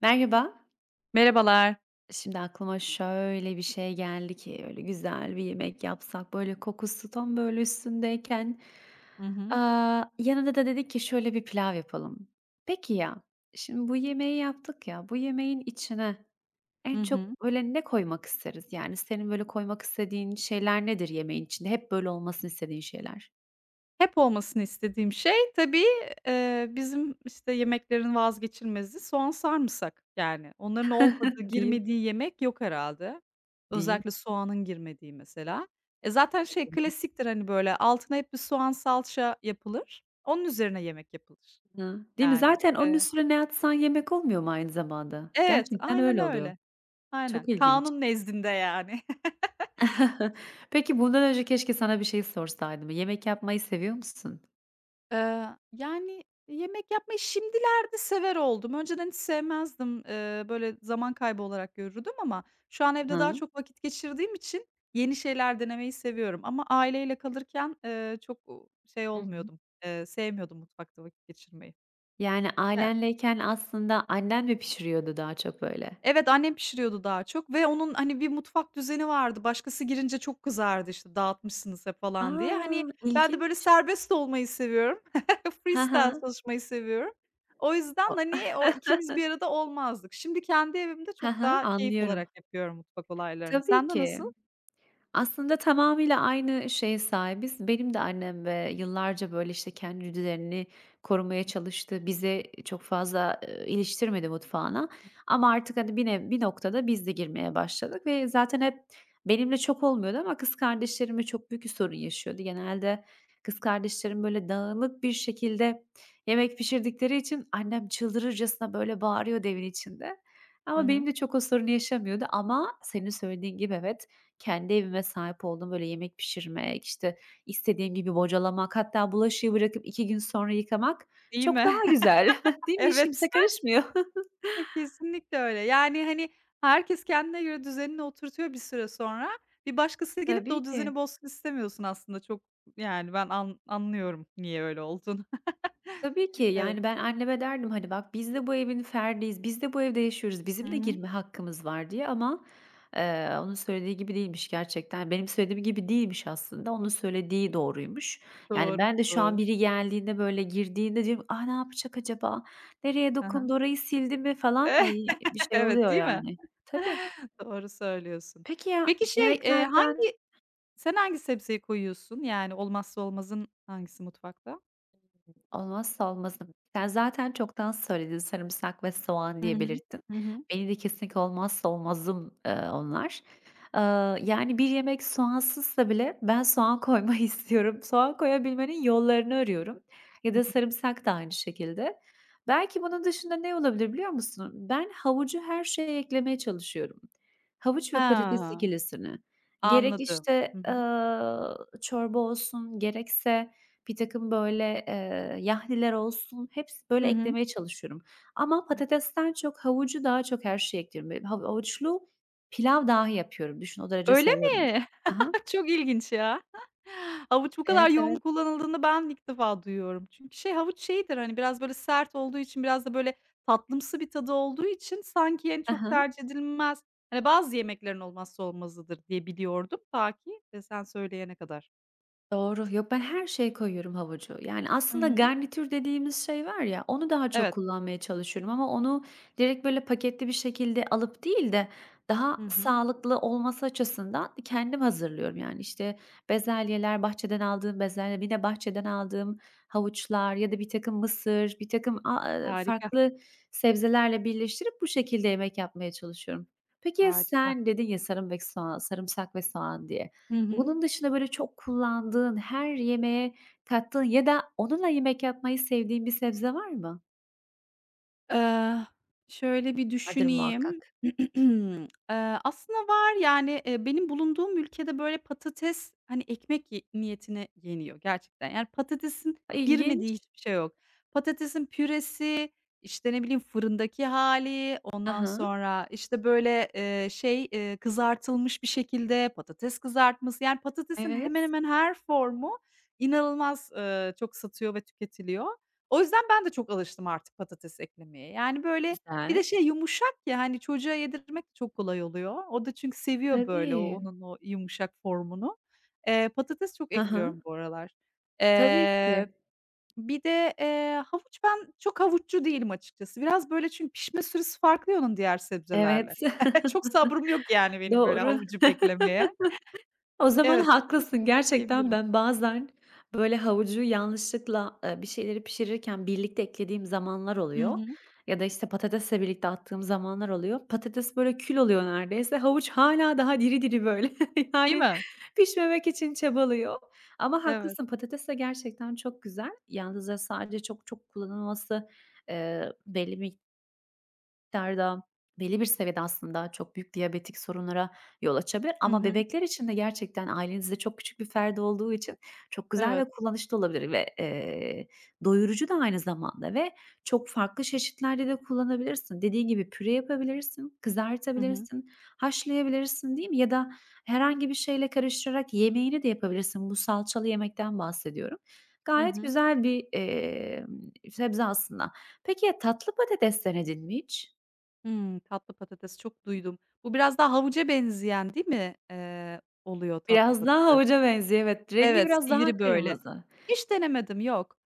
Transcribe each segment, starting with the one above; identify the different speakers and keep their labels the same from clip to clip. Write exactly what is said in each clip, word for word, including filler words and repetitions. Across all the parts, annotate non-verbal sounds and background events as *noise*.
Speaker 1: Merhaba.
Speaker 2: Merhabalar.
Speaker 1: Şimdi aklıma şöyle bir şey geldi ki, öyle güzel bir yemek yapsak, böyle kokusu tam böyle üstündeyken,
Speaker 2: Hı hı.
Speaker 1: aaa, yanında da dedik ki şöyle bir pilav yapalım. Peki ya, şimdi bu yemeği yaptık ya, bu yemeğin içine
Speaker 2: Hı
Speaker 1: en
Speaker 2: hı.
Speaker 1: çok böyle ne koymak isteriz? Yani senin böyle koymak istediğin şeyler nedir yemeğin içinde? Hep böyle olmasını istediğin şeyler.
Speaker 2: Hep olmasını istediğim şey tabii, eee, bizim, işte, yemeklerin vazgeçilmezi soğan, sarımsak. Yani onların olmadığı,
Speaker 1: *laughs* Değil mi?
Speaker 2: girmediği yemek yok herhâlde.
Speaker 1: Değil mi?
Speaker 2: Özellikle soğanın girmediği mesela. E, zaten şey klasiktir, hani, böyle, altına hep bir soğan salça yapılır. Onun üzerine yemek yapılır.
Speaker 1: Hı. Değil mi?
Speaker 2: Yani,
Speaker 1: Zaten onun
Speaker 2: eee
Speaker 1: üstüne ne atsan yemek olmuyor mu aynı zamanda?
Speaker 2: Evet,
Speaker 1: Gerçekten
Speaker 2: aynen
Speaker 1: öyle oluyor.
Speaker 2: öyle. Aynen.
Speaker 1: Çok ilginç.
Speaker 2: Kanun nezdinde yani.
Speaker 1: *laughs* Peki, bundan önce keşke sana bir şey sorsaydım. Yemek yapmayı seviyor musun?
Speaker 2: Eee, Yani, yemek yapmayı şimdilerde sever oldum. Önceden hiç sevmezdim. Eee, böyle zaman kaybı olarak görürdüm ama şu an
Speaker 1: Hı
Speaker 2: evde daha
Speaker 1: hı.
Speaker 2: çok vakit geçirdiğim için yeni şeyler denemeyi seviyorum ama aileyle kalırken, eee, çok, şey
Speaker 1: Hı
Speaker 2: olmuyordum, eee, sevmiyordum mutfakta vakit geçirmeyi.
Speaker 1: Yani ailenleyken aslında annen mi pişiriyordu daha çok böyle?
Speaker 2: Evet, annem pişiriyordu daha çok ve onun, hani, bir mutfak düzeni vardı. Başkası girince çok kızardı, işte, "Dağıtmışsınız hep." falan diye. Hani,
Speaker 1: A!
Speaker 2: ben de böyle
Speaker 1: İlginç.
Speaker 2: serbest olmayı seviyorum. *laughs*
Speaker 1: Hı
Speaker 2: Freestyle
Speaker 1: hı.
Speaker 2: çalışmayı seviyorum. O yüzden,
Speaker 1: A
Speaker 2: hani, o ikimiz bir arada olmazdık. Şimdi kendi evimde
Speaker 1: Hı
Speaker 2: çok
Speaker 1: hı,
Speaker 2: daha keyif alarak
Speaker 1: anlıyorum.
Speaker 2: yapıyorum mutfak olaylarını.
Speaker 1: Tabii
Speaker 2: Sen de
Speaker 1: ki.
Speaker 2: nasıl?
Speaker 1: Aslında tamamıyla aynı şeye sahibiz. Benim de annem, ve yıllarca, böyle, işte, kendi düzenini korumaya çalıştı. Bize çok fazla, eee, iliştirmedi mutfağına ama artık, hani, bir nev bir noktada biz de girmeye başladık ve zaten hep benimle çok olmuyordu ama kız kardeşlerimle çok büyük bir sorun yaşıyordu. Genelde kız kardeşlerim, böyle, dağınık bir şekilde yemek pişirdikleri için annem çıldırırcasına, böyle, bağırıyordu evin içinde
Speaker 2: Hı
Speaker 1: ama
Speaker 2: hı.
Speaker 1: benim de çok o sorunu yaşamıyordu ama senin söylediğin gibi evet, kendi evime sahip olduğum Böyle yemek pişirmek, işte, istediğim gibi bocalamak, hatta bulaşığı bırakıp iki gün sonra yıkamak
Speaker 2: Değil
Speaker 1: çok
Speaker 2: mi?
Speaker 1: daha güzel.
Speaker 2: *laughs*
Speaker 1: *laughs* Değil mi? Hiç
Speaker 2: Evet,
Speaker 1: kimse karışmıyor.
Speaker 2: *laughs* kesinlikle öyle. Yani, hani, herkes kendine göre düzenini oturtuyor bir süre sonra. Bir başkası
Speaker 1: *laughs*
Speaker 2: gelip de
Speaker 1: Tabii
Speaker 2: o düzeni
Speaker 1: ki.
Speaker 2: bozsun istemiyorsun aslında. Çok, yani, ben an anlıyorum niye öyle olduğunu. *laughs*
Speaker 1: Tabii ki.
Speaker 2: Evet.
Speaker 1: Yani, ben anneme derdim, hani, "Bak, biz de bu evin ferdiyiz, biz de bu evde yaşıyoruz,
Speaker 2: Hı
Speaker 1: bizim de
Speaker 2: hı.
Speaker 1: girme hakkımız var." diye ama, eee, onun söylediği gibi değilmiş gerçekten. Benim söylediğim gibi değilmiş aslında, onun söylediği doğruymuş. Yani,
Speaker 2: Doğru,
Speaker 1: ben de şu an
Speaker 2: doğru.
Speaker 1: biri geldiğinde, böyle, girdiğinde diyorum, ah ne yapacak acaba? Nereye
Speaker 2: Hı.
Speaker 1: dokundu? Orayı sildi mi?" falan. Ay, bir
Speaker 2: *laughs*
Speaker 1: şey
Speaker 2: Evet,
Speaker 1: oluyor
Speaker 2: değil mi?
Speaker 1: yani. Tabii.
Speaker 2: *laughs* Doğru söylüyorsun.
Speaker 1: Peki ya,
Speaker 2: Peki, şey, eee,
Speaker 1: yemeklerden
Speaker 2: hangi sen hangi sebzeyi koyuyorsun? Yani olmazsa olmazın hangisi mutfakta?
Speaker 1: Olmazsa olmazım. Sen zaten çoktan söyledin, sarımsak ve soğan
Speaker 2: Hı
Speaker 1: diye
Speaker 2: hı.
Speaker 1: belirttin.
Speaker 2: Hı hı.
Speaker 1: Benim de kesinlikle olmazsa olmazım, eee, onlar. Eee, yani bir yemek soğansızsa bile ben soğan koymayı *laughs* istiyorum. Soğan koyabilmenin yollarını arıyorum ya
Speaker 2: Hı
Speaker 1: da
Speaker 2: hı.
Speaker 1: sarımsak da aynı şekilde. Belki bunun dışında ne olabilir biliyor musun? Ben havucu her şeye eklemeye çalışıyorum. Havuç
Speaker 2: Ha,
Speaker 1: ve patates ikilisini. Gerek,
Speaker 2: anladım. Hı
Speaker 1: işte,
Speaker 2: hı.
Speaker 1: eee, çorba olsun gerekse Birtakım, böyle, eee, yahniler olsun, hepsi
Speaker 2: Hı
Speaker 1: böyle
Speaker 2: hı.
Speaker 1: eklemeye çalışıyorum. Ama patatesten çok havucu daha çok her şeye ekliyorum. Böyle hav havuçlu pilav dahi yapıyorum. Düşün, o derece
Speaker 2: Öyle
Speaker 1: seviyorum.
Speaker 2: mi?
Speaker 1: Hı hı.
Speaker 2: *laughs* Çok ilginç ya. *laughs* Havuç bu kadar
Speaker 1: Evet,
Speaker 2: yoğun
Speaker 1: evet.
Speaker 2: kullanıldığını ben ilk defa duyuyorum. Çünkü şey havuç şeydir, hani, biraz böyle sert olduğu için, biraz da böyle tatlımsı bir tadı olduğu için sanki, yani,
Speaker 1: Hı
Speaker 2: çok
Speaker 1: hı.
Speaker 2: tercih edilmez. Hani, bazı yemeklerin olmazsa olmazıdır diye biliyordum ta ki, eee, sen söyleyene kadar.
Speaker 1: Doğru. Yok, ben her şeye koyuyorum havucu. Yani,
Speaker 2: Hı
Speaker 1: aslında
Speaker 2: hı.
Speaker 1: garnitür dediğimiz şey var ya, onu daha çok
Speaker 2: Evet.
Speaker 1: kullanmaya çalışıyorum ama onu direkt, böyle, paketli bir şekilde alıp değil de daha
Speaker 2: Hı hı.
Speaker 1: sağlıklı olması açısından kendim hazırlıyorum. Yani, işte, bezelyeler, bahçeden aldığım bezelye, yine bahçeden aldığım havuçlar ya da bir takım mısır, birtakım a aaa,
Speaker 2: Harika,
Speaker 1: farklı sebzelerle birleştirip bu şekilde yemek yapmaya çalışıyorum. Peki ya
Speaker 2: harika.
Speaker 1: sen, dedin ya sarımsak ve soğan sarımsak ve soğan diye.
Speaker 2: Hı hı.
Speaker 1: Bunun dışında böyle çok kullandığın, her yemeğe kattığın ya da onunla yemek yapmayı sevdiğin bir sebze var mı?
Speaker 2: Eee, Şöyle bir
Speaker 1: Vardır muhakkak.
Speaker 2: düşüneyim. *clears throat* Eee, aslında var, yani, eee, benim bulunduğum ülkede, böyle, patates, hani, ekmek ye niyetine yeniyor gerçekten. Yani, patatesin
Speaker 1: A, ilginç.
Speaker 2: girmediği hiçbir şey yok. Patatesin püresi, işte, ne bileyim, fırındaki hali,
Speaker 1: Hı
Speaker 2: ondan
Speaker 1: hı.
Speaker 2: sonra, işte, böyle, eee, şey, eee, kızartılmış bir şekilde, patates kızartması, yani, patatesin hemen
Speaker 1: Evet.
Speaker 2: hemen her formu inanılmaz, eee, çok satıyor ve tüketiliyor. O yüzden ben de çok alıştım artık patates eklemeye. Yani, böyle, bir de
Speaker 1: Güzel.
Speaker 2: şey yumuşak ya, hani, çocuğa yedirmek de çok kolay oluyor. O da çünkü seviyor, böyle, o
Speaker 1: Tabii.
Speaker 2: onun o yumuşak formunu. Eee, patates çok
Speaker 1: Hı hı.
Speaker 2: ekliyorum bu aralar.
Speaker 1: Tabii ki.
Speaker 2: Eee, Bir de, eee, havuç ben çok havuççu değilim açıkçası. Biraz, böyle, çünkü pişme süresi farklı ya onun diğer
Speaker 1: Evet.
Speaker 2: sebzelerle. *laughs* Çok
Speaker 1: *laughs*
Speaker 2: sabrım yok, yani, benim böyle
Speaker 1: Doğru.
Speaker 2: havucu beklemeye.
Speaker 1: O zaman
Speaker 2: Evet, patates
Speaker 1: haklısın. Gerçekten
Speaker 2: diyebilirim.
Speaker 1: ben bazen, böyle, havucu yanlışlıkla, eee, bir şeyleri pişirirken birlikte eklediğim zamanlar
Speaker 2: Hı
Speaker 1: oluyor
Speaker 2: hı.
Speaker 1: ya da, işte, patatesle birlikte attığım zamanlar oluyor. Patates, böyle, kül oluyor neredeyse. Havuç hala daha diri diri, böyle, *laughs*
Speaker 2: Değil
Speaker 1: yani,
Speaker 2: mi?
Speaker 1: pişmemek için çabalıyor. Ama
Speaker 2: Evet.
Speaker 1: haklısın, patates de gerçekten çok güzel. Yalnızca sadece çok çok kullanılması, eee, belli bir miktarda, belli bir seviyede aslında çok büyük diyabetik sorunlara yol açabilir
Speaker 2: Hı
Speaker 1: ama
Speaker 2: hı.
Speaker 1: bebekler için de gerçekten ailenizde çok küçük bir ferdi olduğu için çok güzel
Speaker 2: Evet.
Speaker 1: ve kullanışlı olabilir ve, eee, doyurucu da aynı zamanda ve çok farklı çeşitlerde de kullanabilirsin. Dediğin gibi püre yapabilirsin,
Speaker 2: Hı hı.
Speaker 1: kızartabilirsin, haşlayabilirsin, değil mi? Ya da herhangi bir şeyle karıştırarak yemeğini de yapabilirsin. Bu salçalı yemekten bahsediyorum.
Speaker 2: Hı
Speaker 1: Gayet
Speaker 2: hı.
Speaker 1: güzel bir, emm, sebze aslında. Peki ya tatlı patates denedin mi hiç?
Speaker 2: Hımm, tatlı patates çok duydum. Bu biraz daha havuca benzeyen değil mi, eee, oluyor tatlı
Speaker 1: Biraz daha
Speaker 2: patates?
Speaker 1: havuca benziyor, evet. Rengi
Speaker 2: Evet,
Speaker 1: biraz daha
Speaker 2: sivri böyle.
Speaker 1: kırmızı.
Speaker 2: Hiç denemedim, yok.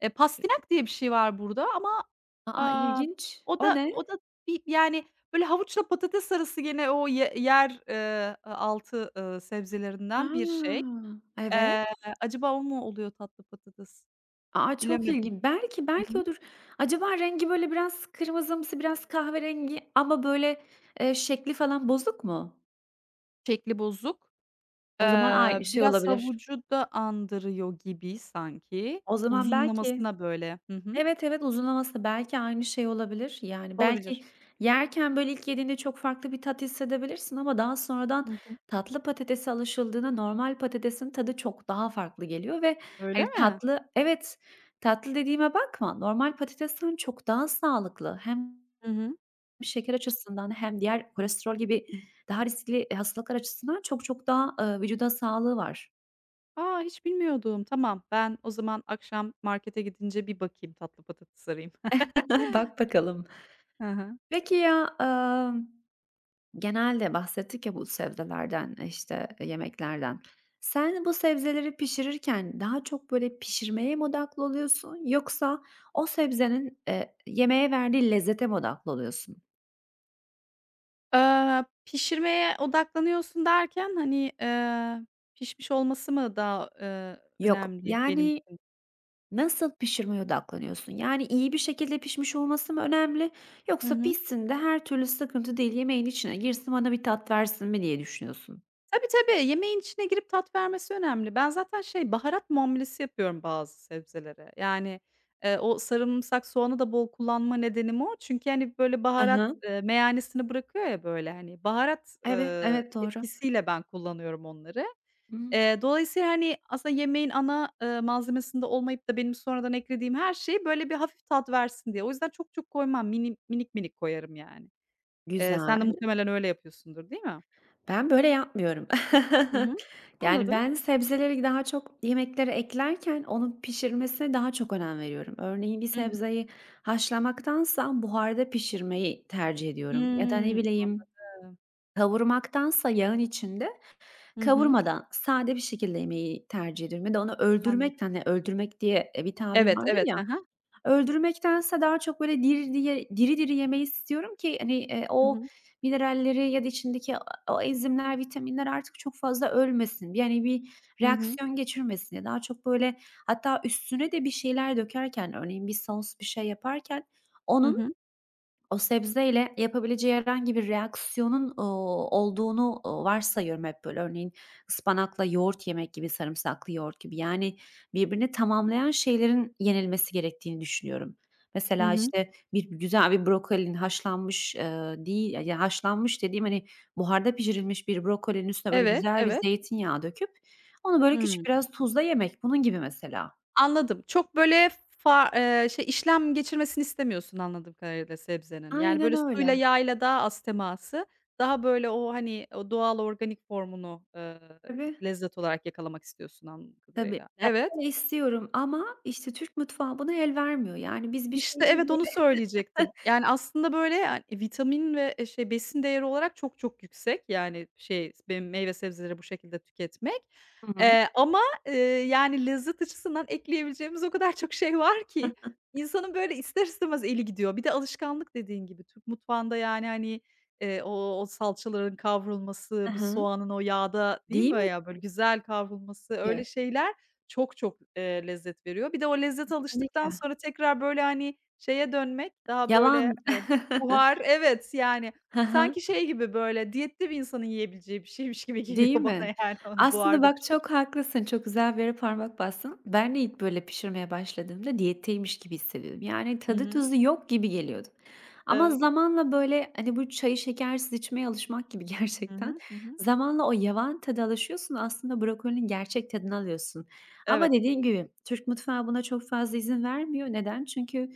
Speaker 2: E, pastinak diye bir şey var burada ama,
Speaker 1: A!
Speaker 2: aaa,
Speaker 1: İlginç.
Speaker 2: o
Speaker 1: O
Speaker 2: da
Speaker 1: ne?
Speaker 2: o da bir yani, böyle, havuçla patates arası gene o ye yer, eee, a altı, ııı, sebzelerinden bir şey.
Speaker 1: A! Evet.
Speaker 2: Eee, Acaba o mu oluyor tatlı patates?
Speaker 1: A! Çok
Speaker 2: Bilemedim.
Speaker 1: ilgin Belki,
Speaker 2: Hı hı.
Speaker 1: belki odur. Acaba rengi böyle biraz kırmızımsı, biraz kahverengi ama böyle, eee, şekli falan bozuk mu?
Speaker 2: Şekli bozuk.
Speaker 1: O zaman
Speaker 2: Eee,
Speaker 1: aynı şey
Speaker 2: biraz
Speaker 1: olabilir.
Speaker 2: havucu da andırıyor gibi sanki.
Speaker 1: O zaman belki
Speaker 2: Uzunlamasına böyle. Hı hı.
Speaker 1: Evet, evet, uzunlaması da belki aynı şey olabilir. Yani, belki
Speaker 2: Olabilir.
Speaker 1: yerken, böyle, ilk yediğinde çok farklı bir tat hissedebilirsin ama daha sonradan
Speaker 2: Hı hı.
Speaker 1: tatlı patatese alışıldığında normal patatesin tadı çok daha farklı geliyor ve,
Speaker 2: Öyle
Speaker 1: hani,
Speaker 2: mi?
Speaker 1: tatlı Evet, tatlı dediğime bakma, normal patatesten çok daha sağlıklı hem
Speaker 2: Hı hı.
Speaker 1: şeker açısından hem diğer kolesterol gibi daha riskli, e, hastalıklar açısından çok çok daha, eee, vücuda sağlığı var.
Speaker 2: A, hiç bilmiyordum. Tamam, ben o zaman akşam markete gidince bir bakayım, tatlı patates arayayım.
Speaker 1: *laughs* Bak bakalım.
Speaker 2: Hı hı. *laughs*
Speaker 1: Peki ya, Genelde bahsettik ya bu sebzelerden, e, işte, eee, yemeklerden. Sen bu sebzeleri pişirirken daha çok böyle pişirmeye mi odaklı oluyorsun yoksa o sebzenin, eee, yemeğe verdiği lezzete mi odaklı oluyorsun?
Speaker 2: Eee, pişirmeye odaklanıyorsun derken, hani, eee, pişmiş olması mı daha, eee,
Speaker 1: Yok,
Speaker 2: önemli benim
Speaker 1: yani
Speaker 2: için?
Speaker 1: nasıl pişirmeye odaklanıyorsun? Yani iyi bir şekilde pişmiş olması mı önemli
Speaker 2: Hı
Speaker 1: yoksa
Speaker 2: hı.
Speaker 1: pişsin de her türlü sıkıntı değil, yemeğin içine girsin, bana bir tat versin mi diye düşünüyorsun?
Speaker 2: Tabii, tabii. Yemeğin içine girip tat vermesi önemli. Ben zaten şey, baharat muamelesi yapıyorum bazı sebzelere. Yani, eee, o sarımsak, soğanı da bol kullanma nedenim o. Çünkü, hani, böyle
Speaker 1: Hı
Speaker 2: baharat,
Speaker 1: hı.
Speaker 2: eee, meyanesini bırakıyor ya böyle, hani, baharat,
Speaker 1: Evet,
Speaker 2: ııı,
Speaker 1: evet, doğru.
Speaker 2: etkisiyle ben kullanıyorum onları.
Speaker 1: Hımm,
Speaker 2: Eee, dolayısıyla, hani, aslında yemeğin ana, ııı, malzemesinde olmayıp da benim sonradan eklediğim her şey böyle bir hafif tat versin diye. O yüzden çok çok koymam. Mini minik minik koyarım yani. Eee, sen de
Speaker 1: güzel.
Speaker 2: muhtemelen öyle yapıyorsundur, değil mi?
Speaker 1: Ben böyle yapmıyorum.
Speaker 2: Hı
Speaker 1: *laughs*
Speaker 2: hı.
Speaker 1: Yani,
Speaker 2: Anladım.
Speaker 1: ben sebzeleri daha çok yemeklere eklerken onun pişirmesine daha çok önem veriyorum. Örneğin bir
Speaker 2: Hı hı.
Speaker 1: sebzeyi haşlamaktansa buharda pişirmeyi tercih ediyorum ya da ne
Speaker 2: Hımm,
Speaker 1: bileyim
Speaker 2: anladım.
Speaker 1: kavurmaktansa yağın içinde
Speaker 2: Hı hı,
Speaker 1: kavurmadan sade bir şekilde yemeyi tercih ediyorum ya da onu öldürmekten,
Speaker 2: anladım.
Speaker 1: hani, öldürmek diye, e, bir tabir
Speaker 2: Evet,
Speaker 1: vardır
Speaker 2: evet. Hı
Speaker 1: ya
Speaker 2: hı.
Speaker 1: Öldürmektense daha çok böyle diri diye diri diri yemeyi istiyorum ki, hani, eee,
Speaker 2: Hı
Speaker 1: o
Speaker 2: hı.
Speaker 1: mineralleri ya da içindeki o enzimler, vitaminler artık çok fazla ölmesin. Yani bir
Speaker 2: Hı hı.
Speaker 1: reaksiyon geçirmesin diye. Daha çok böyle hatta üstüne de bir şeyler dökerken örneğin bir sos, bir şey yaparken
Speaker 2: Hı
Speaker 1: onun
Speaker 2: hı.
Speaker 1: o sebzeyle yapabileceği herhangi bir reaksiyonun, ooo, olduğunu, ooo, varsayıyorum hep böyle. Örneğin ıspanakla yoğurt yemek gibi, sarımsaklı yoğurt gibi. Yani birbirini tamamlayan şeylerin yenilmesi gerektiğini düşünüyorum.
Speaker 2: Hı
Speaker 1: Mesela,
Speaker 2: hı.
Speaker 1: işte, bir güzel bir brokolinin haşlanmış, eee, değil, ya, haşlanmış dediğim, hani, buharda pişirilmiş bir brokolinin üstüne böyle
Speaker 2: Evet,
Speaker 1: güzel bir
Speaker 2: evet.
Speaker 1: zeytinyağı döküp onu böyle
Speaker 2: Hımm,
Speaker 1: küçük biraz tuzla yemek. Bunun gibi mesela.
Speaker 2: anladım. Çok böyle fa eee, şey, işlem geçirmesini istemiyorsun anladığım kadarıyla sebzenin. Yani,
Speaker 1: Aynen
Speaker 2: böyle, suyla
Speaker 1: öyle.
Speaker 2: yağıyla daha az teması, daha böyle o, hani, o doğal organik formunu, eee,
Speaker 1: Tabii.
Speaker 2: lezzet olarak yakalamak istiyorsun anladığım
Speaker 1: Tabii,
Speaker 2: kadarıyla.
Speaker 1: ben
Speaker 2: Evet.
Speaker 1: öyle istiyorum ama, işte, Türk mutfağı buna el vermiyor. Yani biz bir
Speaker 2: İşte,
Speaker 1: şeyleri
Speaker 2: evet, onu
Speaker 1: böyle
Speaker 2: söyleyecektim. Yani, aslında, böyle, yani, e, vitamin ve, eee, şey, besin değeri olarak çok çok yüksek. Yani, şey, benim meyve sebzeleri bu şekilde tüketmek.
Speaker 1: Hı hı.
Speaker 2: Eee, ama, eee, Yani, lezzet açısından ekleyebileceğimiz o kadar çok şey var ki insanın, böyle, ister istemez eli gidiyor. Bir de alışkanlık dediğin gibi Türk mutfağında, yani, hani, eee, o o salçaların
Speaker 1: Hı
Speaker 2: kavrulması, bir
Speaker 1: hı.
Speaker 2: soğanın o yağda, değil
Speaker 1: Değil
Speaker 2: mi,
Speaker 1: mi
Speaker 2: ya, böyle, güzel kavrulması,
Speaker 1: ki?
Speaker 2: öyle şeyler çok çok, eee, lezzet veriyor. Bir de o lezzete alıştıktan
Speaker 1: Kesinlikle.
Speaker 2: sonra tekrar, böyle, hani, şeye dönmek, daha, böyle,
Speaker 1: Yavan.
Speaker 2: eee,
Speaker 1: *laughs*
Speaker 2: buhar Evet, yani,
Speaker 1: Hı hı.
Speaker 2: sanki şey gibi, böyle, diyette bir insanın yiyebileceği bir şeymiş gibi *laughs* geliyor
Speaker 1: Değil mi?
Speaker 2: bana, yani, o
Speaker 1: Aslında
Speaker 2: buharda piş.
Speaker 1: bak çok haklısın, çok güzel bir yere parmak bastın. Ben de ilk böyle pişirmeye başladığımda diyetteymiş gibi hissediyordum. Yani
Speaker 2: Hı
Speaker 1: tadı
Speaker 2: hı.
Speaker 1: tuzu yok gibi geliyordu. Ama
Speaker 2: Evet.
Speaker 1: zamanla böyle, hani, bu çayı şekersiz içmeye alışmak gibi *laughs*
Speaker 2: Hı
Speaker 1: gerçekten.
Speaker 2: hı. Hı hı.
Speaker 1: Zamanla o yavan tadı alışıyorsun, aslında brokolinin gerçek tadını alıyorsun. Ama
Speaker 2: Evet,
Speaker 1: dediğin gibi Türk mutfağı buna çok fazla izin vermiyor. Neden? Çünkü,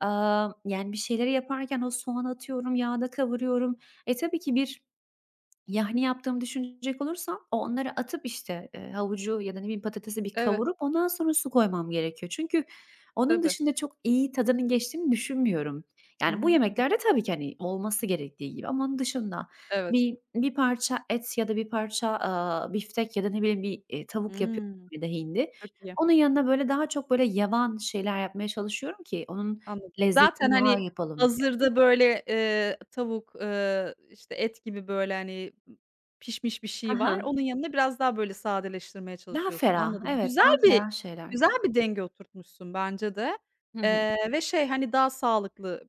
Speaker 1: aaa, yani, bir şeyleri yaparken o soğan atıyorum, yağda kavuruyorum. E, tabii ki bir Yahni yaptığımı düşünecek olursam o onları atıp, işte, eee, havucu ya da ne bileyim patatesi bir
Speaker 2: evet,
Speaker 1: kavurup ondan sonra su koymam gerekiyor. Çünkü onun
Speaker 2: tabii.
Speaker 1: dışında çok iyi tadının geçtiğini düşünmüyorum.
Speaker 2: Hı
Speaker 1: Yani bu
Speaker 2: hı. Hı hı.
Speaker 1: yemeklerde tabii ki, hani, olması gerektiği gibi ama onun dışında
Speaker 2: Evet.
Speaker 1: bir bir parça et ya da bir parça, aaa, biftek ya da ne bileyim bir, eee, tavuk yapıyorum
Speaker 2: Hımm.
Speaker 1: ya da hindi.
Speaker 2: Çok iyi.
Speaker 1: Onun yanına, böyle, daha çok, böyle, yavan şeyler yapmaya çalışıyorum ki onun
Speaker 2: Anladım. Zaten,
Speaker 1: lezzetini daha
Speaker 2: hani,
Speaker 1: iyi yapalım diye.
Speaker 2: hazırda, böyle, eee, tavuk, eee, işte, et gibi, böyle, hani, pişmiş bir şey var.
Speaker 1: Hı
Speaker 2: Onun yanına biraz daha, böyle, sadeleştirmeye
Speaker 1: Daha
Speaker 2: çalışıyorsun.
Speaker 1: ferah,
Speaker 2: Anladım.
Speaker 1: evet, daha
Speaker 2: Güzel bir
Speaker 1: ferah şeyler.
Speaker 2: güzel bir denge oturtmuşsun bence de,
Speaker 1: Hı hı.
Speaker 2: eee, ve şey, hani, daha sağlıklı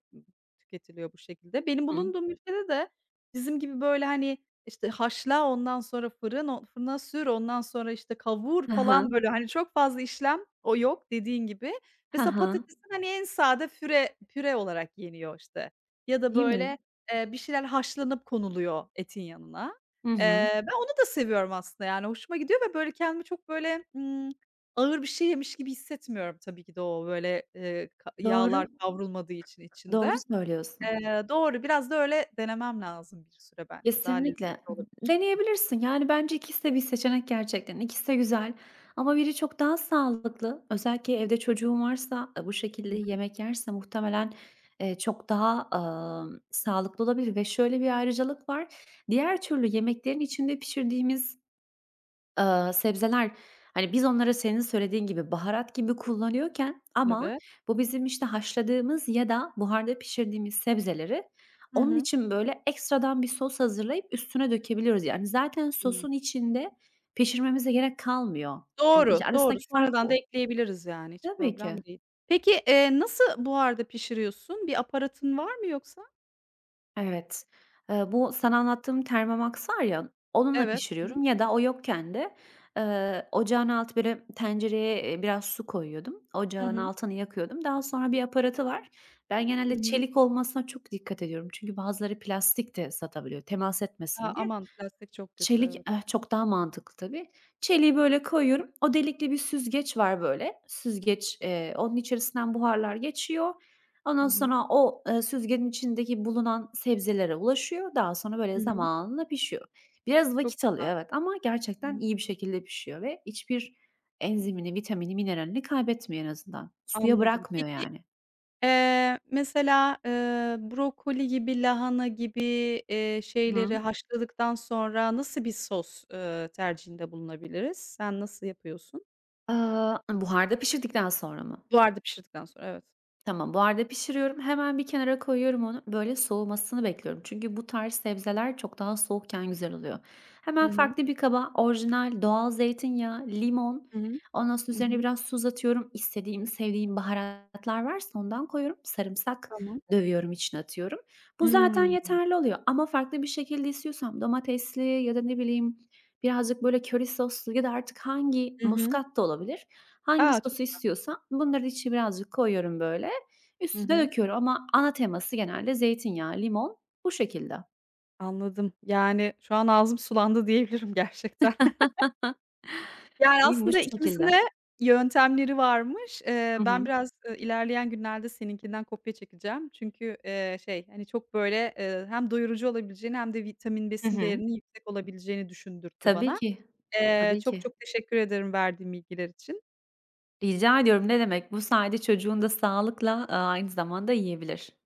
Speaker 2: tüketiliyor bu şekilde. Benim
Speaker 1: Hı.
Speaker 2: bulunduğum ülkede de bizim gibi, böyle, hani, işte, haşla, ondan sonra fırın o fırına sür, ondan sonra, işte, kavur
Speaker 1: Hı hı.
Speaker 2: falan, böyle, hani, çok fazla işlem o yok dediğin gibi.
Speaker 1: Hı
Speaker 2: Mesela
Speaker 1: hı.
Speaker 2: patatesin, hani, en sade püre püre olarak yeniyor, işte, ya da,
Speaker 1: Değil mi?
Speaker 2: böyle, eee, bir şeyler haşlanıp konuluyor etin yanına.
Speaker 1: Hı
Speaker 2: Eee,
Speaker 1: hı.
Speaker 2: ben onu da seviyorum aslında, yani, hoşuma gidiyor ve, böyle, kendimi çok, böyle, ımm, ağır bir şey yemiş gibi hissetmiyorum tabii ki de o, böyle, eee, ka yağlar
Speaker 1: Doğru,
Speaker 2: kavrulmadığı için içinde.
Speaker 1: doğru söylüyorsun.
Speaker 2: Eee, doğru, biraz da öyle denemem lazım bir süre bence. Daha
Speaker 1: Kesinlikle.
Speaker 2: lezzetli olabilir.
Speaker 1: Deneyebilirsin. Yani bence ikisi de bir seçenek gerçekten. İkisi de güzel ama biri çok daha sağlıklı. Özellikle evde çocuğun varsa, eee, bu şekilde
Speaker 2: Hı.
Speaker 1: yemek yerse muhtemelen, eee, çok daha, amm, sağlıklı olabilir ve şöyle bir ayrıcalık var. Diğer türlü yemeklerin içinde pişirdiğimiz Aaa, sebzeler, hani, biz onları senin söylediğin gibi baharat gibi kullanıyorken ama
Speaker 2: Evet.
Speaker 1: bu bizim, işte, haşladığımız ya da buharda pişirdiğimiz sebzeleri
Speaker 2: Hı
Speaker 1: onun
Speaker 2: hı.
Speaker 1: için, böyle, ekstradan bir sos hazırlayıp üstüne dökebiliyoruz. Yani, zaten
Speaker 2: Hı.
Speaker 1: sosun içinde pişirmemize gerek kalmıyor. Hani, iş
Speaker 2: Doğru, doğru.
Speaker 1: arasındaki fark
Speaker 2: Sonradan da
Speaker 1: bu.
Speaker 2: ekleyebiliriz yani, hiç
Speaker 1: Tabii ki.
Speaker 2: problem değil. Peki, eee, nasıl buharda pişiriyorsun? Bir aparatın var mı yoksa?
Speaker 1: Evet. Eee, bu sana anlattığım Thermomix var ya, onunla
Speaker 2: Evet. Hı hı.
Speaker 1: pişiriyorum ya da o yokken de, eee, ocağın altı böyle tencereye, eee, biraz su koyuyordum.
Speaker 2: Hı
Speaker 1: Ocağın
Speaker 2: hı.
Speaker 1: altını yakıyordum. Daha sonra bir aparatı var. Ben
Speaker 2: Hı
Speaker 1: genelde
Speaker 2: hı.
Speaker 1: çelik olmasına çok dikkat ediyorum. Çünkü bazıları plastik de satabiliyor temas
Speaker 2: A,
Speaker 1: etmesin diye.
Speaker 2: aman plastik çok kötü,
Speaker 1: Çelik,
Speaker 2: evet.
Speaker 1: eh, çok daha mantıklı tabii. Çeliği böyle koyuyorum. O delikli bir süzgeç var böyle. Süzgeç, eee, onun içerisinden buharlar geçiyor.
Speaker 2: Hı
Speaker 1: Ondan
Speaker 2: hı.
Speaker 1: sonra o, eee, süzgecin içindeki bulunan sebzelere ulaşıyor. Daha sonra
Speaker 2: Hı
Speaker 1: böyle
Speaker 2: hı.
Speaker 1: zamanla pişiyor. Biraz
Speaker 2: Çok
Speaker 1: vakit alıyor
Speaker 2: güzel.
Speaker 1: evet ama
Speaker 2: Hı
Speaker 1: gerçekten
Speaker 2: hı.
Speaker 1: iyi bir şekilde pişiyor ve hiçbir enzimini, vitamini, mineralini kaybetmiyor en azından. Suya
Speaker 2: Anladım.
Speaker 1: bırakmıyor
Speaker 2: Peki,
Speaker 1: yani.
Speaker 2: eee, mesela, eee, brokoli gibi, lahana gibi, eee,
Speaker 1: Hı
Speaker 2: şeyleri
Speaker 1: hı.
Speaker 2: haşladıktan sonra nasıl bir sos, eee, tercihinde bulunabiliriz? Sen nasıl yapıyorsun?
Speaker 1: Aaa, buharda pişirdikten sonra mı?
Speaker 2: Buharda pişirdikten sonra, evet.
Speaker 1: Tamam, buharda pişiriyorum. Hemen bir kenara koyuyorum onu. Böyle soğumasını bekliyorum. Çünkü bu tarz sebzeler çok daha soğukken güzel oluyor.
Speaker 2: Hı
Speaker 1: Hemen
Speaker 2: hı.
Speaker 1: farklı bir kaba orijinal doğal zeytinyağı, limon,
Speaker 2: Hı hı.
Speaker 1: ondan sonra
Speaker 2: Hı
Speaker 1: üzerine
Speaker 2: hı.
Speaker 1: biraz tuz atıyorum. İstediğim, sevdiğim baharatlar varsa ondan koyuyorum. Sarımsak
Speaker 2: Tamam.
Speaker 1: dövüyorum, içine atıyorum. Bu zaten
Speaker 2: Hıı.
Speaker 1: yeterli oluyor ama farklı bir şekilde istiyorsam domatesli ya da ne bileyim birazcık böyle köri soslu ya da artık hangi
Speaker 2: Hı hı.
Speaker 1: muskat da olabilir. Hangi
Speaker 2: A! Çok.
Speaker 1: sosu istiyorsam bunları içine birazcık koyuyorum böyle.
Speaker 2: Hı
Speaker 1: Üstüne
Speaker 2: hı.
Speaker 1: döküyorum ama ana teması genelde zeytinyağı, limon bu şekilde.
Speaker 2: Anladım. Yani, şu an ağzım sulandı diyebilirim *laughs* gerçekten.
Speaker 1: *laughs*
Speaker 2: Yani,
Speaker 1: Diyeyim bu
Speaker 2: aslında ikimizin de
Speaker 1: şekilde.
Speaker 2: yöntemleri varmış. Eee,
Speaker 1: Hı
Speaker 2: ben
Speaker 1: hı.
Speaker 2: biraz, eee, ilerleyen günlerde seninkinden kopya çekeceğim. Çünkü, eee, şey, hani, çok böyle, eee, hem doyurucu olabileceğini hem de vitamin,
Speaker 1: Hı
Speaker 2: besin
Speaker 1: hı.
Speaker 2: değerinin yüksek olabileceğini düşündürttü
Speaker 1: Tabii
Speaker 2: bana.
Speaker 1: ki,
Speaker 2: Eee,
Speaker 1: tabii
Speaker 2: çok
Speaker 1: ki.
Speaker 2: çok teşekkür ederim verdiğin bilgiler için.
Speaker 1: Rica ediyorum, ne demek. Bu sayede çocuğun da sağlıkla, aaa, aynı zamanda yiyebilir.